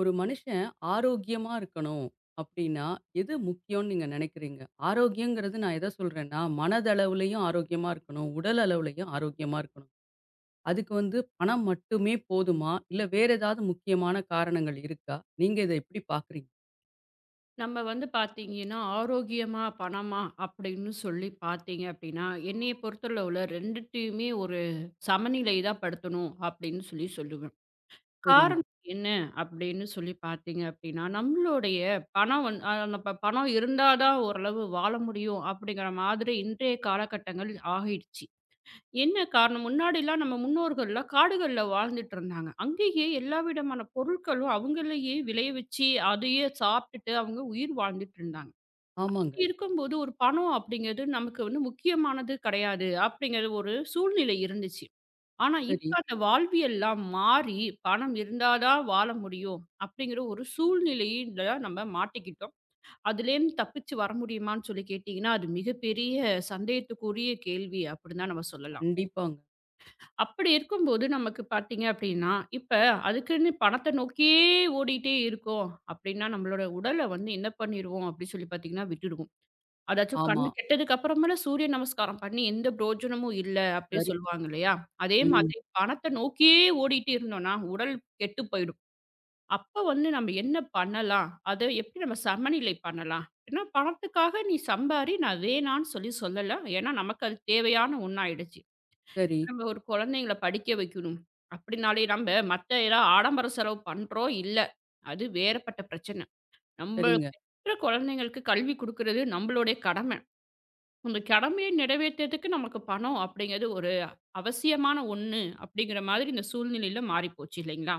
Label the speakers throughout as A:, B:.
A: ஒரு மனுஷன் ஆரோக்கியமா இருக்கணும் அப்படின்னா எது முக்கியம்னு நீங்க நினைக்கிறீங்க? ஆரோக்கியங்கிறது நான் எத சொல்றேன்னா, மனதளவுலயும் ஆரோக்கியமா இருக்கணும், உடல் அளவுலயும் ஆரோக்கியமா இருக்கணும். அதுக்கு வந்து பணம் மட்டுமே போதுமா? இல்ல வேற ஏதாவது முக்கியமான காரணங்கள் இருக்கா? நீங்க இத எப்படி பார்க்குறீங்க?
B: நம்ம வந்து பார்த்தீங்கன்னா, ஆரோக்கியமா, பணமா அப்படின்னு சொல்லி பார்த்தீங்க அப்படின்னா, என்னைய பொறுத்தளவுல 2த்தையுமே ஒரு சமநிலை தான் படுத்தணும் அப்படின்னு சொல்லி சொல்லுவேன்.
A: சரிங்க.
B: காரணம் என்ன அப்படின்னு சொல்லி பார்த்தீங்க அப்படின்னா, நம்மளுடைய பணம் வந் அ நம்ம பணம் இருந்தா தான் ஓரளவு வாழ முடியும் அப்படிங்கிற மாதிரி இன்றைய காலகட்டங்கள் ஆகிடுச்சு. என்ன காரணம்? முன்னாடிலாம் நம்ம முன்னோர்கள்லாம் காடுகள்ல வாழ்ந்துட்டு இருந்தாங்க. அங்கேயே எல்லா விதமான பொருட்களும் அவங்களையே விளைவிச்சு, அதையே சாப்பிட்டுட்டு அவங்க உயிர் வாழ்ந்துட்டு இருந்தாங்க.
A: ஆமாங்க.
B: இப்டி இருக்கும்போது ஒரு பணம் அப்படிங்கிறது நமக்கு வந்து முக்கியமானது கிடையாது அப்படிங்கிற ஒரு சூழ்நிலை இருந்துச்சு. ஆனா
A: சரி.
B: இப்ப அந்த வாழ்வியல்லாம் மாறி, பணம் இருந்தா தான் வாழ முடியும் அப்படிங்கிற ஒரு சூழ்நிலையில நம்ம மாட்டிக்கிட்டோம். அதுலேருந்து தப்பிச்சு வர முடியுமான்னு சொல்லி கேட்டீங்கன்னா, அது மிகப்பெரிய சந்தேகத்துக்குரிய கேள்வி அப்படின்னு தான் நம்ம சொல்லலாம்.
A: கண்டிப்பாங்க.
B: அப்படி இருக்கும்போது நமக்கு பார்த்தீங்க அப்படின்னா, இப்ப அதுக்குன்னு பணத்த நோக்கியே ஓடிட்டே இருக்கோம் அப்படின்னா, நம்மளோட உடல வந்து என்ன பண்ணிருவோம் அப்படின்னு சொல்லி பார்த்தீங்கன்னா, விட்டுடுவோம். அதாச்சும்
A: ஆமா.
B: கண்ணு கெட்டதுக்கு அப்புறமேல சூரிய நமஸ்காரம் பண்ணி எந்த பிரயோஜனமும் இல்ல அப்படின்னு
A: சரி.
B: சொல்லுவாங்க இல்லையா? அதே
A: ம்.
B: மாதிரி பணத்த நோக்கியே ஓடிட்டு இருந்தோம்னா, உடல் கெட்டு போயிடும். அப்ப வந்து நம்ம என்ன பண்ணலாம்? அத எப்படி நம்ம சமநிலை பண்ணலாம்? ஏன்னா பணத்துக்காக நீ சம்பாரி, நான் வேணான்னு சொல்லி சொல்லல. ஏன்னா நமக்கு அது தேவையான ஒண்ணாயிடுச்சு.
A: சரி.
B: நம்ம ஒரு குழந்தைங்கள படிக்க வைக்கணும். அப்படினாலே நம்ப மத்த ஏதாவது ஆடம்பர செலவு பண்றோம், இல்ல. அது வேறுபட்ட பிரச்சன. நம்ம
A: சரிங்க.
B: பெற்ற குழந்தைங்களுக்கு கல்வி குடுக்குறது நம்மளுடைய கடமை. அந்த கடமையை நிறைவேத்துறதுக்கு நமக்கு பணம் அப்படிங்கிறது ஒரு அவசியமான ஒண்ணு அப்படிங்கிற மாதிரி இந்த சூழ்நிலையில மாறிப்போச்சு இல்லைங்களா?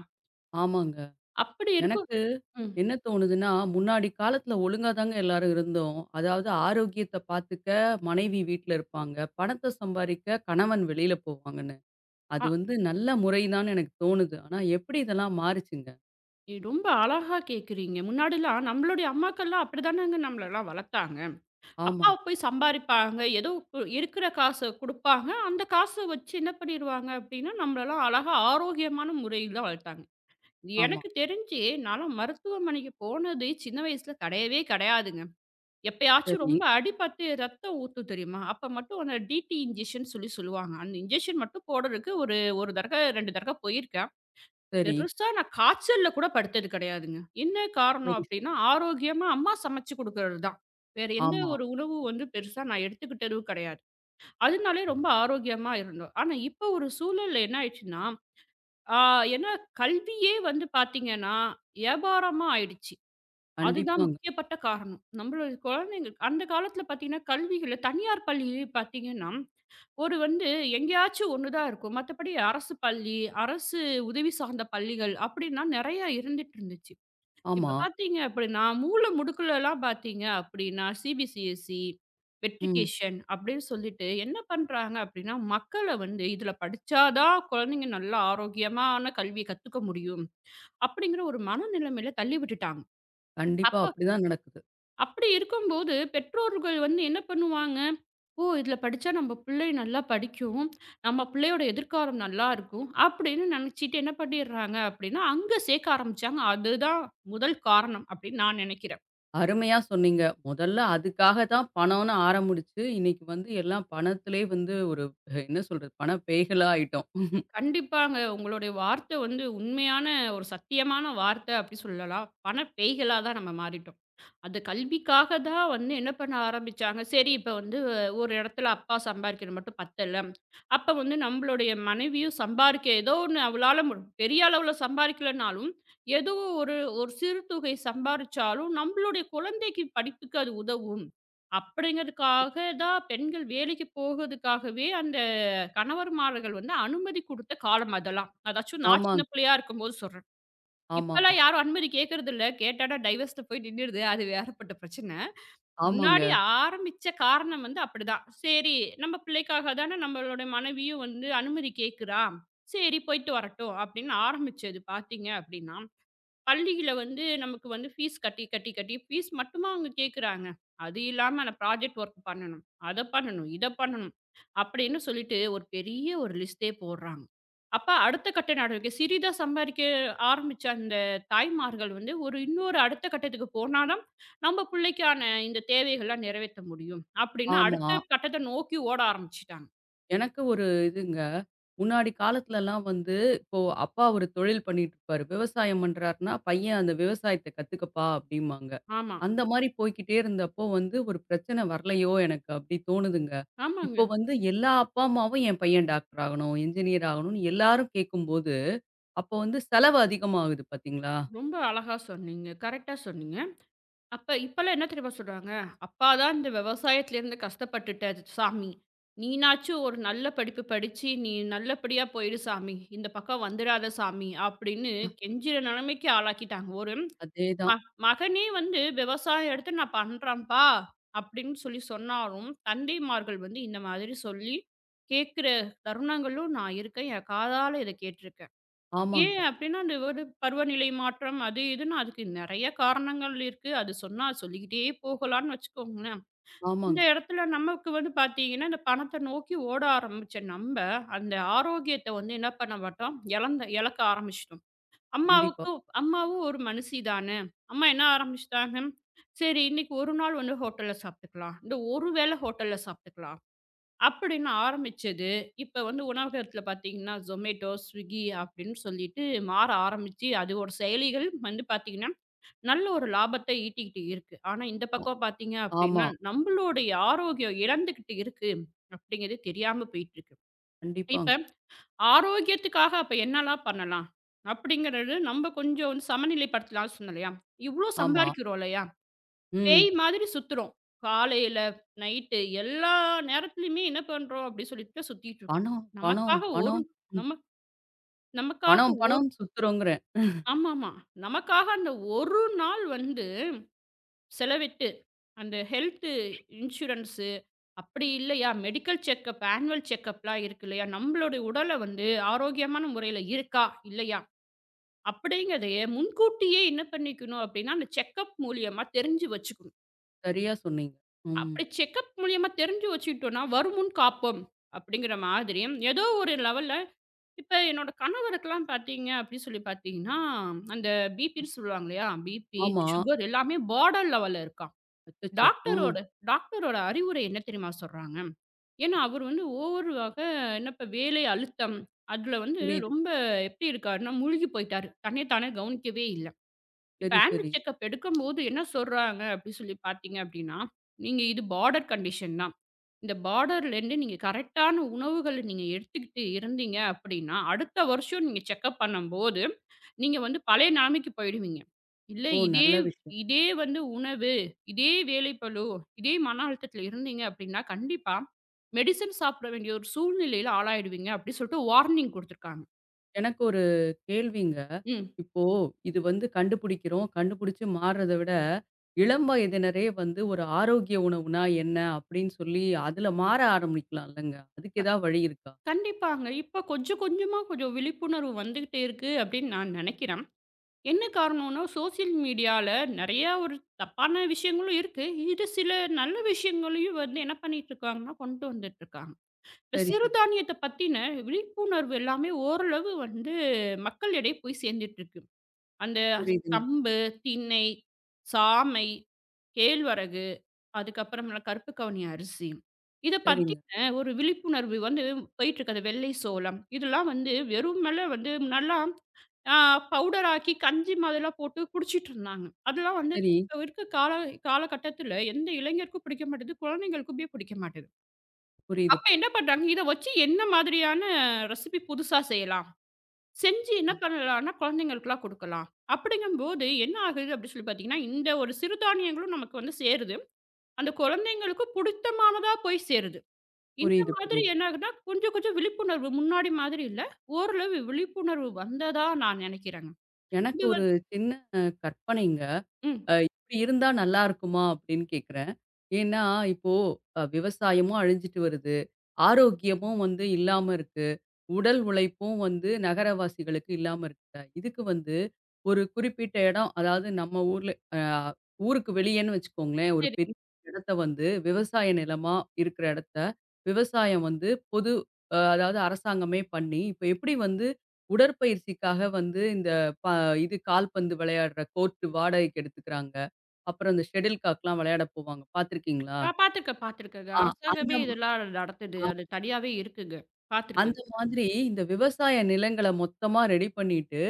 A: ஆமாங்க.
B: அப்படி இருக்கும்
A: எனக்கு
B: ம்.
A: என்ன தோணுதுன்னா, முன்னாடி காலத்துல ஒழுங்கா தாங்க எல்லாரும் இருந்தோம். அதாவது ஆரோக்கியத்த பாத்துக்க மனைவி வீட்ல இருப்பாங்க. பணத்த சம்பாரிக்க கணவன் வெளியில போவாங்கன்னு. அது
B: அ
A: வந்து நல்ல முறை தான்னு எனக்கு தோணுது. ஆனா எப்படி இதெல்லாம் மாறுச்சுங்க?
B: ரொம்ப அழகா கேட்கிறீங்க. முன்னாடிலாம் நம்மளுடைய அம்மாக்கள்லாம் அப்படிதானங்க நம்மளலாம் வளர்த்தாங்க.
A: ஆமா,
B: அப்பா போய் சம்பாரிப்பாங்க. ஏதோ இருக்கிற காச குடுப்பாங்க. அந்த காச வச்சு என்ன பண்ணிருவாங்க அப்டின்னா, நம்மளலாம் அழகா ஆரோக்கியமான முறையில வளர்த்தாங்க. இது
A: ஆமா.
B: எனக்கு தெரிஞ்சு நான்லாம் மருத்துவமனைக்கு போனதே சின்ன வயசுல கிடையவே கிடையாதுங்க. எப்பயாச்சும்
A: சரி,
B: ரொம்ப அடிபட்டு ரத்தம் ஊத்தும் தெரியுமா? அப்ப மட்டும் அந்த டிடி இன்ஜெக்ஷன் சொல்லி சொல்லுவாங்க. அந்த இன்ஜெக்ஷன் மட்டும் போடுறதுக்கு ஒரு 1 தடக்க 2 தடக்க போயிருக்கேன்.
A: சரி,
B: பெருசா நான் காய்ச்சல்ல கூட படுத்தது கிடையாதுங்க. என்ன காரணம்
A: சரி, சரி.
B: அப்டின்னா, ஆரோக்கியமா அம்மா சமைச்சு குடுக்குறது தான். வேற எந்த
A: ஆமா.
B: ஒரு உணவு வந்து பெருசா நான் எடுத்துக்கிட்டதும் கிடையாது. அதனாலே ரொம்ப ஆரோக்கியமா இருந்தோம். ஆனா இப்போ ஒரு சூழல்ல என்ன ஆயிடுச்சுன்னா, ஆ ஏன்னா கல்வியே வந்து பார்த்தீங்கன்னா, வியாபாரமா ஆயிடுச்சு. அதுதான்
A: கண்டிப்பாங்க.
B: முக்கியப்பட்ட காரணம். நம்மளோட குழந்தைங்க அந்த காலத்தில பார்த்தீங்கன்னா, கல்விகள தனியார் பள்ளியிலே பார்த்தீங்கன்னா ஒரு வந்து எங்கேயாச்சும் ஒண்ணு தான் இருக்கும். மத்தபடி அரசு பள்ளி, அரசு உதவி சார்ந்த பள்ளிகள் அப்படின்னா நெறையா இருந்துட்டு இருந்துச்சு.
A: ஆமா.
B: இப்ப பார்த்தீங்க அப்படின்னா, மூல முடுக்குலலாம் பார்த்தீங்க அப்படின்னா, சிபிசிஎஸ்இ,
A: ம்.
B: வெற்றிகேஷன் அப்படின்னு சொல்லிட்டு என்ன பண்றாங்க அப்படின்னா, மக்கள வந்து இதில படிச்சா தான் குழந்தைங்க நல்லா ஆரோக்கியமான கல்விய கத்துக்க முடியும். அப்படிங்கிற ஒரு மனநிலைமையில தள்ளி விட்டுட்டாங்க.
A: கண்டிப்பா
B: அப்ப
A: அப்படிதான் நடக்குது.
B: அப்படி இருக்கும்போது, பெற்றோர்கள் வந்து என்ன பண்ணுவாங்க, "ஓ! இதில படிச்சா நம்ம பிள்ளை நல்லா படிக்கும். நம்ம பிள்ளையோட எதிர்காலம் நல்லாருக்கும்." அப்படின்னு நினச்சிட்டு என்ன பண்ணிடுறாங்க அப்படின்னா, அங்க சேர்க்க ஆரம்பிச்சாங்க. அதுதான் முதல் காரணம் அப்படின்னு நான் நினைக்கிறேன்.
A: அருமையா சொன்னீங்க. முதல்ல அதுக்காக தான் பணம்னு ஆரம்பிச்சு, இன்னைக்கு வந்து எல்லாம் பணத்திலே வந்து ஒரு என்ன சொல்றது? பண பேய்களா ஆயிட்டோம்.
B: கண்டிப்பாங்க. உங்களுடைய வார்த்தை வந்து உண்மையான ஒரு சத்தியமான வார்த்தை அப்படி சொல்லலாம். பண பேய்களா தான் நம்ம மாறிட்டோம். அந்த கல்விக்காக தான் வந்து என்ன பண்ண ஆரம்பிச்சாங்க. சரி இப்ப வந்து ஒரு இடத்துல அப்பா சம்பாரிக்கிறது மட்டும் பத்தல. அப்ப வந்து நம்மளுடைய மனைவியும் சம்பாரிக்க ஏதோ ஒண்ணு அவளால பெரிய அளவுல சம்பாரிக்கலனாலும், ஏதோ ஒரு ஒரு சிறு தொகை சம்பாரிச்சாலும் நம்மளுடைய குழந்தைக்கு படிப்புக்கு அது உதவும். அப்படிங்கிறதுக்காக தான் பெண்கள் வேலைக்கு போகதுக்காகவே அந்த கணவர்மார்கள் வந்து அனுமதி குடுத்த காலம் அதெல்லாம். அதாச்சும் நான் சின்ன
A: ஆமாங்க.
B: பிள்ளையா இருக்கும்போது சொல்றேன். இப்பலாம்
A: ஆமாமா.
B: யாரும் அனுமதி கேட்கறதில்ல. கேட்டாடா டைவர்ஸ்ல போய் நின்னுடுது. அது வேறப்பட்ட பிரச்சனை.
A: ஆமாங்க.
B: முன்னாடி ஆரம்பிச்ச காரணம் வந்து அப்படிதான். சரி நம்ம பிள்ளைக்காக தானே நம்மளோட மனைவியும் வந்து அனுமதி கேட்கிறா. சரி போயிட்டு வரட்டும் அப்படின்னு ஆரம்பிச்சது பார்த்தீங்க அப்படின்னா பள்ளியில வந்து நமக்கு வந்து ஃபீஸ் கட்டி, கட்டி, கட்டி ஃபீஸ் மட்டுமா அவங்க கேட்குறாங்க. அது இல்லாம நான் ப்ராஜெக்ட் ஒர்க் பண்ணணும். அத பண்ணணும், இத பண்ணணும் அப்படின்னு சொல்லிட்டு ஒரு பெரிய ஒரு லிஸ்ட்டே போடுறாங்க. அப்ப அடுத்த கட்ட நடவடிக்கை சிறிதா சம்பாரிக்க ஆரம்பிச்ச அந்த தாய்மார்கள் வந்து ஒரு இன்னொரு அடுத்த கட்டத்துக்கு போனா தான், நம்ம புள்ளைக்கான இந்த தேவைகள்லாம் நிறைவேத்த முடியும் அப்படின்னு
A: ஆமா.
B: அடுத்த கட்டத்த நோக்கி ஓட ஆரம்பிச்சுட்டாங்க.
A: எனக்கு ஒரு இதுங்க. முன்னாடி காலத்துலலாம் வந்து இப்போ அப்பா ஒரு தொழில் பண்ணிட்டுருப்பாரு. விவசாயம் பண்றாருன்னா, "பையன் அந்த விவசாயத்த கத்துக்கப்பா" அப்டிம்பாங்க.
B: ஆமா.
A: அந்த மாரி போய்க்கிட்டே இருந்தப்போ வந்து ஒரு பிரச்சனை வரலையோ எனக்கு அப்டி தோணுதுங்க.
B: ஆமாங்க.
A: இப்போ வந்து எல்லா அப்பா அம்மாவும் என் பையன் டாக்டர் ஆகணும், என்ஜினியர் ஆகணும்னு எல்லாரும் கேட்கும்போது, அப்போ வந்து செலவு அதிகமாகுது பார்த்தீங்களா?
B: ரொம்ப அழகா சொன்னீங்க. கரெக்ட்டா சொன்னீங்க. அப்ப இப்பல்லாம் என்ன தெரியுமா சொல்றாங்க? "அப்பா தான் இந்த விவசாயத்துலேருந்து கஷ்டப்பட்டுட்டாரு சாமி. நீனாச்சும் ஒரு நல்ல படிப்பு படிச்சு, நீ நல்லபடியா போயிடு சாமி. இந்த பக்கம் வந்துடாத சாமி." அப்படின்னு கெஞ்சுற நிலைமைக்கு ஆளாக்கிட்டாங்க. ஒரு ம
A: அதேதான்.
B: மகனே வந்து விவசாயம் எடுத்து நான் பண்றேன்ப்பா அப்படின்னு சொல்லி சொன்னாலும், தந்தைமார்கள் வந்து இந்த மாதிரி சொல்லி கேட்கிற தருணங்களும் நான் இருக்கேன். என் காதால இத கேட்டிருக்கேன்.
A: ஆமாங்க,
B: ஏன் அப்டின்னா, அந்த ஒரு பருவநிலை மாற்றம் அது இதுன்னு அதுக்கு நெறைய காரணங்கள் இருக்கு. அது சொன்னா சொல்லிக்கிட்டே போகலான்னு வச்சுக்கோங்களேன்.
A: ஆமாங்க.
B: இந்த இடத்துல நமக்கு வந்து பார்த்தீங்கன்னா, இந்த பணத்த நோக்கி ஓட ஆரம்பிச்ச நம்ப, அந்த ஆரோக்கியத்த வந்து என்ன பண்ண மாட்டோம், இழக்க ஆரம்பிச்சுட்டோம்.
A: கண்டிப்பா.
B: அம்மாவும் ஒரு மனுஷி தானே! அம்மா என்ன ஆரம்பிச்சுட்டாங்க, சரி இன்னைக்கு ஒரு நாள் வந்து ஹோட்டல்ல சாப்பிட்டுக்கலாம். இந்த ஒரு வேள ஹோட்டல்ல சாப்பிட்டுக்கலாம். அப்படின்னு ஆரம்பிச்சது, இப்ப வந்து உணவகத்துல பார்த்தீங்கன்னா, Zomato, Swiggy அப்படின்னு சொல்லிட்டு மாற ஆரம்பிச்சு, அது ஒரு செயலிகள் வந்து பார்த்தீங்கன்னா, நல்ல ஒரு லாபத்த ஈட்டிக்கிட்டு இருக்கு. ஆனா இந்த பக்கம் பார்த்தீங்க
A: ஆ ஆமா.
B: அப்படின்னா, நம்மளுடைய ஆரோக்கியம் இழந்துகிட்டு இருக்கு அப்படிங்கிறது தெரியாம போயிட்டுருக்கு.
A: கண்டிப்பாங்க.
B: இப்ப ஆரோக்கியத்துக்காக அப்ப என்னலாம் பண்ணலாம்? அப்படிங்கிறது நம்ம கொஞ்சம் வந்து சமநிலைப்படுத்தலாம்னு சொன்னேன் இல்லையா? இவ்ளோ
A: ஆமா.
B: சம்பாரிக்கிறோம் இல்லையா?
A: ம்.
B: பேய் மாதிரி சுத்துறோம். காலையில, நைட்டு எல்லா நேரத்துலயுமே என்ன பண்றோம் அப்படி சொல்லிட்டு சுத்திட்டு இருக்கோம்.
A: பணம், பணம்,
B: நமக்காக ஒரு
A: பணம்,
B: நம நமக்காக
A: பணம்,
B: ஒரு
A: பணம் சுத்துறோங்கிறேன்.
B: ஆமாமா. நமக்காக அந்த ஒரு நாள் வந்து செலவிட்டு, அந்த ஹெல்த் இன்சூரன்ஸு அப்படி இல்லையா, மெடிக்கல் செக்கப், ஆனுவல் செக்கப்லாம் இருக்கு இல்லையா, நம்மளுடைய உடல வந்து ஆரோக்கியமான முறையில இருக்கா, இல்லையா அப்படிங்கிறதையே முன்கூட்டியே என்ன பண்ணிக்கணும் அப்படின்னா, அந்த செக்கப் மூலியமா தெரிஞ்சு வச்சுக்கணும்.
A: சரியா சொன்னீங்க. ம்.
B: அப்படி செக்கப் மூலியமா தெரிஞ்சு வச்சுக்கிட்டோம்னா, "வருமுன் காப்போம்" அப்படிங்கிற மாதிரி, ஏதோ ஒரு லெவல்ல இப்ப என்னோட கணவருக்கெல்லாம் பார்த்தீங்க அப்படி சொல்லி பார்த்தீங்கன்னா, அந்த பிபின்னு சொல்லுவாங்க இல்லையா? பிபி,
A: ஆமா.
B: சுகர் எல்லாமே பார்டர் லெவல்ல இருக்காம்.
A: அச்சச்சோ! ஆ
B: டாக்டரோட டாக்டரோட அறிவுரை என்ன தெரியுமா சொல்றாங்க? ஏன்னா அவர் வந்து ஓவர் ஆக என்ன இப்ப வேலை அழுத்தம், அதுல வந்து
A: புரியுது.
B: ரொம்ப எப்படி இருக்காருன்னா, மூழ்கி போயிட்டாரு. தன்னைய தானே கவனிக்கவே இல்ல. இப்ப
A: சரி, சரி.
B: ஆனுவல் செக்கப் எடுக்கும்போது என்ன சொல்றாங்க அப்படி சொல்லி பார்த்தீங்க அப்படின்னா, "நீங்க இது பார்டர் கண்டிஷன் தான். இந்த பார்டர்லேருந்து நீங்க கரெக்ட்டான உணவுகள நீங்க எடுத்துக்கிட்டு இருந்தீங்க அப்படின்னா, அடுத்த வருஷம் நீங்க செக்கப் பண்ணும்போது, நீங்க வந்து பழைய நிலைமைக்கு போயிடுவீங்க. இல்ல
A: ஓ!
B: இதே
A: நல்ல விஷயம்.
B: இதே வந்து உணவு, இதே வேலைப்பளு, இதே மன அழுத்தத்தில இருந்தீங்க அப்படின்னா, கண்டிப்பா மெடிசின் சாப்பிட வேண்டிய ஒரு சூழ்நிலையில ஆளாயிடுவீங்க அப்படின்னு சொல்லிட்டு வார்னிங் குடுத்துருக்காங்க.
A: எனக்கு ஒரு கேள்விங்க.
B: ம்.
A: இப்போ இது வந்து கண்டுபிடிக்கிறோம். கண்டுபிடிச்சு மாறுறத விட, இளம் வயதினரே வந்து ஒரு ஆரோக்கிய உணவுனா என்ன? அப்படின்னு சொல்லி அதுல மாற ஆரம்பிக்கலாம் இல்லங்க. அதுக்கு ஏதாவது வழி இருக்கா?
B: கண்டிப்பாங்க. இப்ப கொஞ்சம் கொஞ்சமா கொஞ்சம் விழிப்புணர்வு வந்துகிட்டே இருக்கு அப்படின்னு நான் நெனைக்கிறேன். என்ன காரணம்னா, சோசியல் மீடியால நெறையா ஒரு தப்பான விஷயங்களும் இருக்கு. இது சில நல்ல விஷயங்களையும் வந்து என்ன பண்ணிட்டுருக்காங்கன்னா, கொண்டு வந்துட்டுருக்காங்க. இப்ப
A: சரி, சரி.
B: சிறுதானியத்த பத்தின விழிப்புணர்வு எல்லாமே ஓரளவு வந்து மக்களிடையே போய் சேர்ந்துட்டுருக்கு. அந்த
A: புரியுதுங்க.
B: கம்பு, திணை, சாமை, கேழ்வரகு, அதுக்கப்புறமேல கருப்பு கவுனி அரிசி. இத
A: சரிங்க.
B: பத்தின ஒரு விழிப்புணர்வு வந்து போயிட்டு இருக்கு. அந்த வெள்ளை சோளம். இதெல்லாம் வந்து வெறுமனே வந்து முன்னாடிலாம் ஆ பவுடர் ஆக்கி கஞ்சி மாதிரிலாம் போட்டு குடிச்சிட்டு இருந்தாங்க. அதெல்லாம் வந்து
A: சரி.
B: இப்ப இருக்க கால காலகட்டத்தில எந்த இளைஞருக்கும் பிடிக்க மாட்டேது. குழந்தைங்களுக்குமே பிடிக்க மாட்டேது.
A: புரியுது.
B: அப்ப என்ன பண்றாங்க, இத வச்சு என்ன மாதிரியான ரெசிபி புதுசா செய்யலாம்? செஞ்சு என்ன
A: ஆ
B: பண்ணலான்னா, குழந்தைங்களுக்குலாம் குடுக்கலாம். அப்படிங்கும்போது என்ன ஆகுது அப்படி சொல்லி பார்த்தீங்கன்னா, இந்த ஒரு சிறுதானியங்களும் நமக்கு வந்து சேருது. அந்த குழந்தைங்களுக்கு புடித்தமானதா போய் சேருது. இந்த
A: புரியுது,
B: மாதிரி
A: புரியுது.
B: என்ன ஆகுதுன்னா, கொஞ்சம் கொஞ்சம் விழிப்புணர்வு முன்னாடி மாதிரி இல்ல. ஓரளவு விழிப்புணர்வு வந்ததா நான் நெனைக்கிறேங்க.
A: எனக்கு
B: இது
A: ஒரு
B: வந்
A: சின்ன கற்பனைங்க.
B: ம்.
A: இப்படி இருந்தா நல்லா இருக்குமா அப்படின்னு கேட்குறேன். ஏன்னா இப்போ விவசாயமும் அழிஞ்சிட்டு வருது. ஆரோக்கியமும் வந்து இல்லாம இருக்கு. உடல் உழைப்பும் வந்து நகரவாசிகளுக்கு இல்லாம இருக்குல்ல. இதுக்கு வந்து ஒரு குறிப்பிட்ட இடம் அதாவது நம்ம ஊர்ல அ ஊருக்கு வெளியேன்னு வச்சுக்கோங்களேன். ஒரு
B: சரி.
A: பெரிய இடத்த வந்து விவசாய நிலமா இருக்கிற இடத்த விவசாயம் வந்து பொது அதாவது அரசாங்கமே பண்ணி, இப்ப எப்படி வந்து உடற்பயிற்சிக்காக வந்து இந்த ப இது கால்பந்து விளையாடுற கோர்ட் வாடகைக்கு எடுத்துக்கிறாங்க. அப்புறம் இந்த ஷட்டில் காக்லாம் விளையாட போவாங்க. பார்த்துருக்கீங்களா?
B: நான் பார்த்துருக்கேன், பார்த்துருக்கேங்க.
A: ஆ அந்த
B: அரசாங்கமே இதெல்லாம் நடத்துது. அது தனியாவே இருக்குங்க.
A: அந்த
B: பார்த்துருக்கேங்க.
A: மாதிரி இந்த விவசாய நிலங்கள மொத்தமா ரெடி பண்ணிட்டு,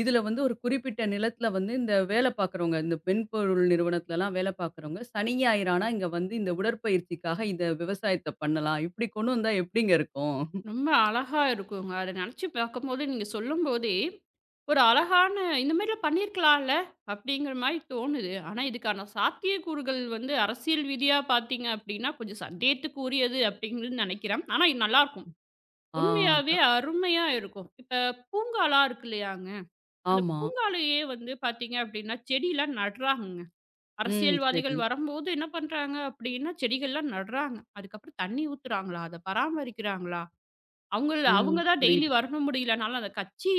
A: இதுல வந்து ஒரு குறிப்பிட்ட நிலத்தில வந்து இந்த வேலை பார்க்குறவங்க, இந்த மென்பொருள் நிறுவனத்துலலாம் வேலை பார்க்குறவங்க, சனி, ஞாயிறு ஆனா இங்க வந்து இந்த உடற்பயிற்சிக்காக இந்த விவசாயத்த பண்ணலாம். இப்படி கொண்டு வந்தா எப்படிங்க இருக்கும்?
B: ரொம்ப அழகா இருக்குங்க. அத நெனச்சு பார்க்கும்போது, நீங்க சொல்லும்போதே, ஒரு அழகான இந்த மாரிலாம் பண்ணியிருக்கலாம்ல, அப்படிங்கிற மாரி தோணுது. ஆனா, இதுக்கான சாத்தியக்கூறுகள் வந்து அரசியல் ரீதியா பார்த்தீங்க அப்படின்னா, கொஞ்சம் சந்தேகத்துக்குரியது அப்படிங்கிறது நெனைக்கிறேன். ஆனா, இது நல்லாருக்கும்.
A: ஆ
B: உண்மையாவே
A: அதான்.
B: அருமையா இருக்கும். இப்ப பூங்காலாம் இருக்கு இல்லையாங்க, அந்த
A: ஆமா.
B: பூங்காலயே வந்து பார்த்தீங்க அப்படின்னா, செடிலாம் நடுறாங்கங்க.
A: ம்.
B: அரசியல்வாதிகள்
A: சரி.
B: வரும்போது என்ன பண்றாங்க அப்படின்னா, செடிகள்லாம் நடுறாங்க. அதுக்கப்புறம் தண்ணி ஊத்துறாங்களா? அத பராமரிக்கிறாங்களா? அவங்கள
A: ம்.
B: அவங்க தான் டெய்லி
A: புரியுது.
B: வரணும் முடியலனாலும், அந்த கட்சி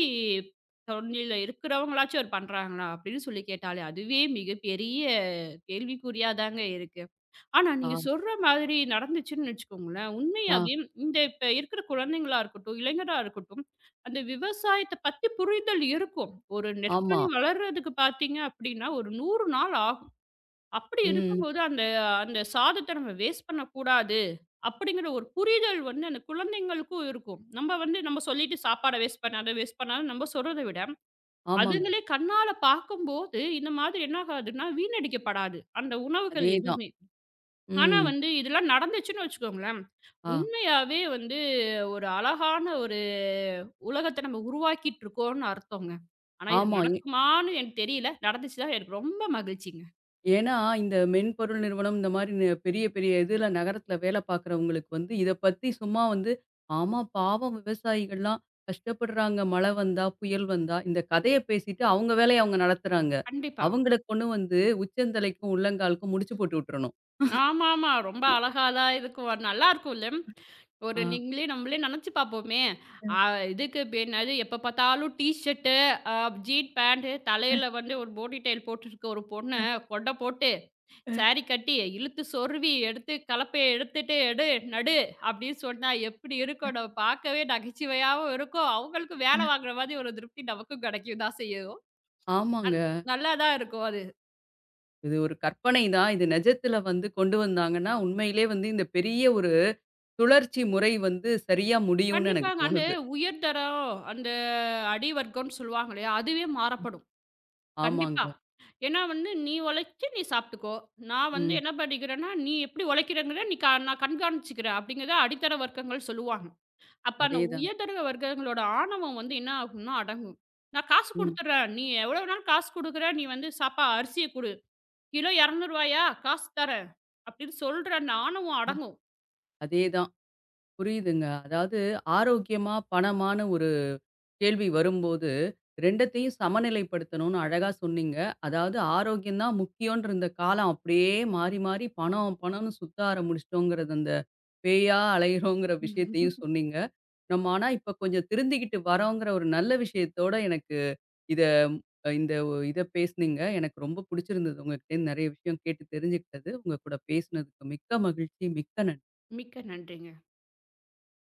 B: தொன்னில இருக்கிறவங்களாச்சும் அவர் பண்றாங்களா? அப்படின்னு சொல்லி கேட்டாலே, அதுவே மிகப்பெரிய கேள்விக்குறியா தாங்க இருக்கு. ஆனா
A: ஆ,
B: நீங்க சொல்ற மாதிரி நடந்துச்சுன்னு வச்சுக்கோங்களேன்,
A: ஆ.
B: உண்மையாவே இந்த இப்ப இருக்கிற குழந்தைங்களா இருக்கட்டும், இளைஞரா இருக்கட்டும், அந்த விவசாயத்த பத்தி புரிதல் இருக்கும். ஒரு
A: ஆமா.
B: நெற்பணி வளர்றதுக்கு பார்த்தீங்க அப்படின்னா, ஒரு 100 நாள் ஆகும். அப்படி
A: ம்.
B: இருக்கும்போது, அந்த அந்த சாதத்த நம்ம வேஸ்ட் பண்ணக்கூடாது. அப்படிங்கிற ஒரு புரிதல் வந்து அந்த குழந்தைங்களுக்கும் இருக்கும். நம்ம வந்து நம்ம சொல்லிட்டு சாப்பாட வேஸ்ட் பண்ணாத, வேஸ்ட் பண்ணாதன்னு நம்ம சொல்றத விட,
A: ஆமாங்க.
B: அதுங்களே கண்ணால பார்க்கும்போது இந்த மாதிரி என்ன ஆகாதுன்னா வீணடிக்கப்படாது. அந்த உணவுகள்
A: அதேதான்.
B: எதுவுமே. ஆனா
A: ம்.
B: வந்து இதெல்லாம் நடந்துச்சுன்னு வச்சுக்கோங்களேன்,
A: ஆ.
B: உண்மையாவே வந்து ஒரு அழகான ஒரு உலகத்த நம்ம உருவாக்கிட்டு இருக்கோம்னு அர்த்தங்க. ஆனா இது
A: ஆமா.
B: நடக்குமான்னு எனக்கு தெரியல. நடந்துச்சுன்னா எனக்கு ரொம்ப மகிழ்ச்சிங்க.
A: ஏன்னா, இந்த மென்பொருள் நிறுவனம் இந்த மாரி பெரிய பெரிய இதுல நகரத்துல வேல பார்க்குறவங்களுக்கு வந்து, இத பத்தி சும்மா வந்து, "ஆமா பாவம் விவசாயிகள்லாம் கஷ்டப்படுறாங்க. மழை வந்தா, புயல் வந்தா" இந்த கதைய பேசிட்டு அவங்க வேலைய அவங்க நடத்துறாங்க.
B: கண்டிப்பா.
A: அவங்கள கொண்டு வந்து உச்சந்தலைக்கும், உள்ளங்காலுக்கும் முடிச்சு போட்டு விட்டுறணும்.
B: ஆமாமா. ரொம்ப அழகா தான் இருக்கும். அது நல்லாருக்கும்ல.
A: ஆ.
B: ஒரு நீங்களே நம்மளே நெனச்சு பார்ப்போமே!
A: ம்.
B: அ இதுக்கு இப்ப என்னது எப்ப பார்த்தாலும் டீ ஷர்ட்டு, அ ஜீன் பேண்ட், தலையில வந்து ஒரு போனி டெயில் போட்டுருக்க ஒரு பொண்ணு கொண்ட போட்டு, சாரி கட்டி, இழுத்து சொருவி எடுத்து கலப்பைய எடுத்துட்டு எடு, நடு அப்படின்னு சொன்னா எப்படி இருக்கும்? நம்ம பார்க்கவே நகைச்சுவையாவும் இருக்கும். அவங்களுக்கும் வேலை வாங்குற மாதிரி ஒரு திருப்தி நமக்கும் கிடைக்கும் தான் செய்யும். அ
A: ஆமாங்க.
B: நல்லா தான் இருக்கும் அது.
A: இது ஒரு கற்பனை தான். இது நிஜத்துல வந்து கொண்டு வந்தாங்கன்னா, உண்மையிலே வந்து இந்த பெரிய ஒரு சுழற்சி முறை வந்து சரியா முடியும்னு எனக்கு
B: கண்டிப்பாங்க. அந்த
A: தோணுது.
B: உயர்தரம், அந்த அடி வர்க்கம்ன்னு சொல்லுவாங்க இல்லையா? அதுவே மாறப்படும்.
A: ஆமாங்க.
B: கண்டிப்பா. ஏன்னா வந்து, "நீ உழைச்சு நீ சாப்பிட்டுக்கோ. நான் வந்து
A: ம்.
B: என்ன பண்ணிக்கிறேன்னா, நீ எப்படி உழைக்கிறேங்கிறத நீ க நான் கண்காணிச்சுக்கிறேன்." அப்படிங்கிறத அடித்தர வர்க்கங்கள் சொல்லுவாங்க. அப்ப அந்த
A: அதேதாங்க.
B: உயர்தர வர்க்கங்களோட ஆணவம் வந்து என்ன ஆகும்னா, அடங்கும். "நான் காசு
A: ம்.
B: குடுத்துர்றேன். நீ எவ்வளோ வேணாலும் காசு குடுக்குற. நீ வந்து சாப்பா அரிசிய குடு. கிலோ ரூ. 200 காசு தரேன்." அப்படின்னு சொல்ற அந்த ஆணவம் அடங்கும்.
A: அதேதான். புரியுதுங்க. அதாவது ஆரோக்கியமா, பணமான்னு ஒரு கேள்வி வரும்போது, 2த்தையும் சமநிலைப்படுத்தணும்னு அழகா சொன்னீங்க. அதாவது ஆரோக்கியம் தான் முக்கியம்ன்னு இருந்த காலம் அப்படியே மாறி, மாறி பணம், பணம்னு சுத்த ஆரம்பிச்சுட்டோங்கிறது, அந்த பேயா அலையிறோங்கிற விஷயத்தையும் சொன்னீங்க. நம்ம ஆனா இப்ப கொஞ்சம் திருந்திக்கிட்டு வரோங்கிற ஒரு நல்ல விஷயத்தோட எனக்கு இத இந்த இத பேசுனீங்க. எனக்கு ரொம்ப புடிச்சிருந்தது. உங்ககிட்டேருந்து நெறைய விஷயம் கேட்டு தெரிஞ்சுக்கிட்டது. உங்க கூட பேசுனதுக்கு மிக்க மகிழ்ச்சி. மிக்க நன்றி.
B: மிக்க நன்றிங்க.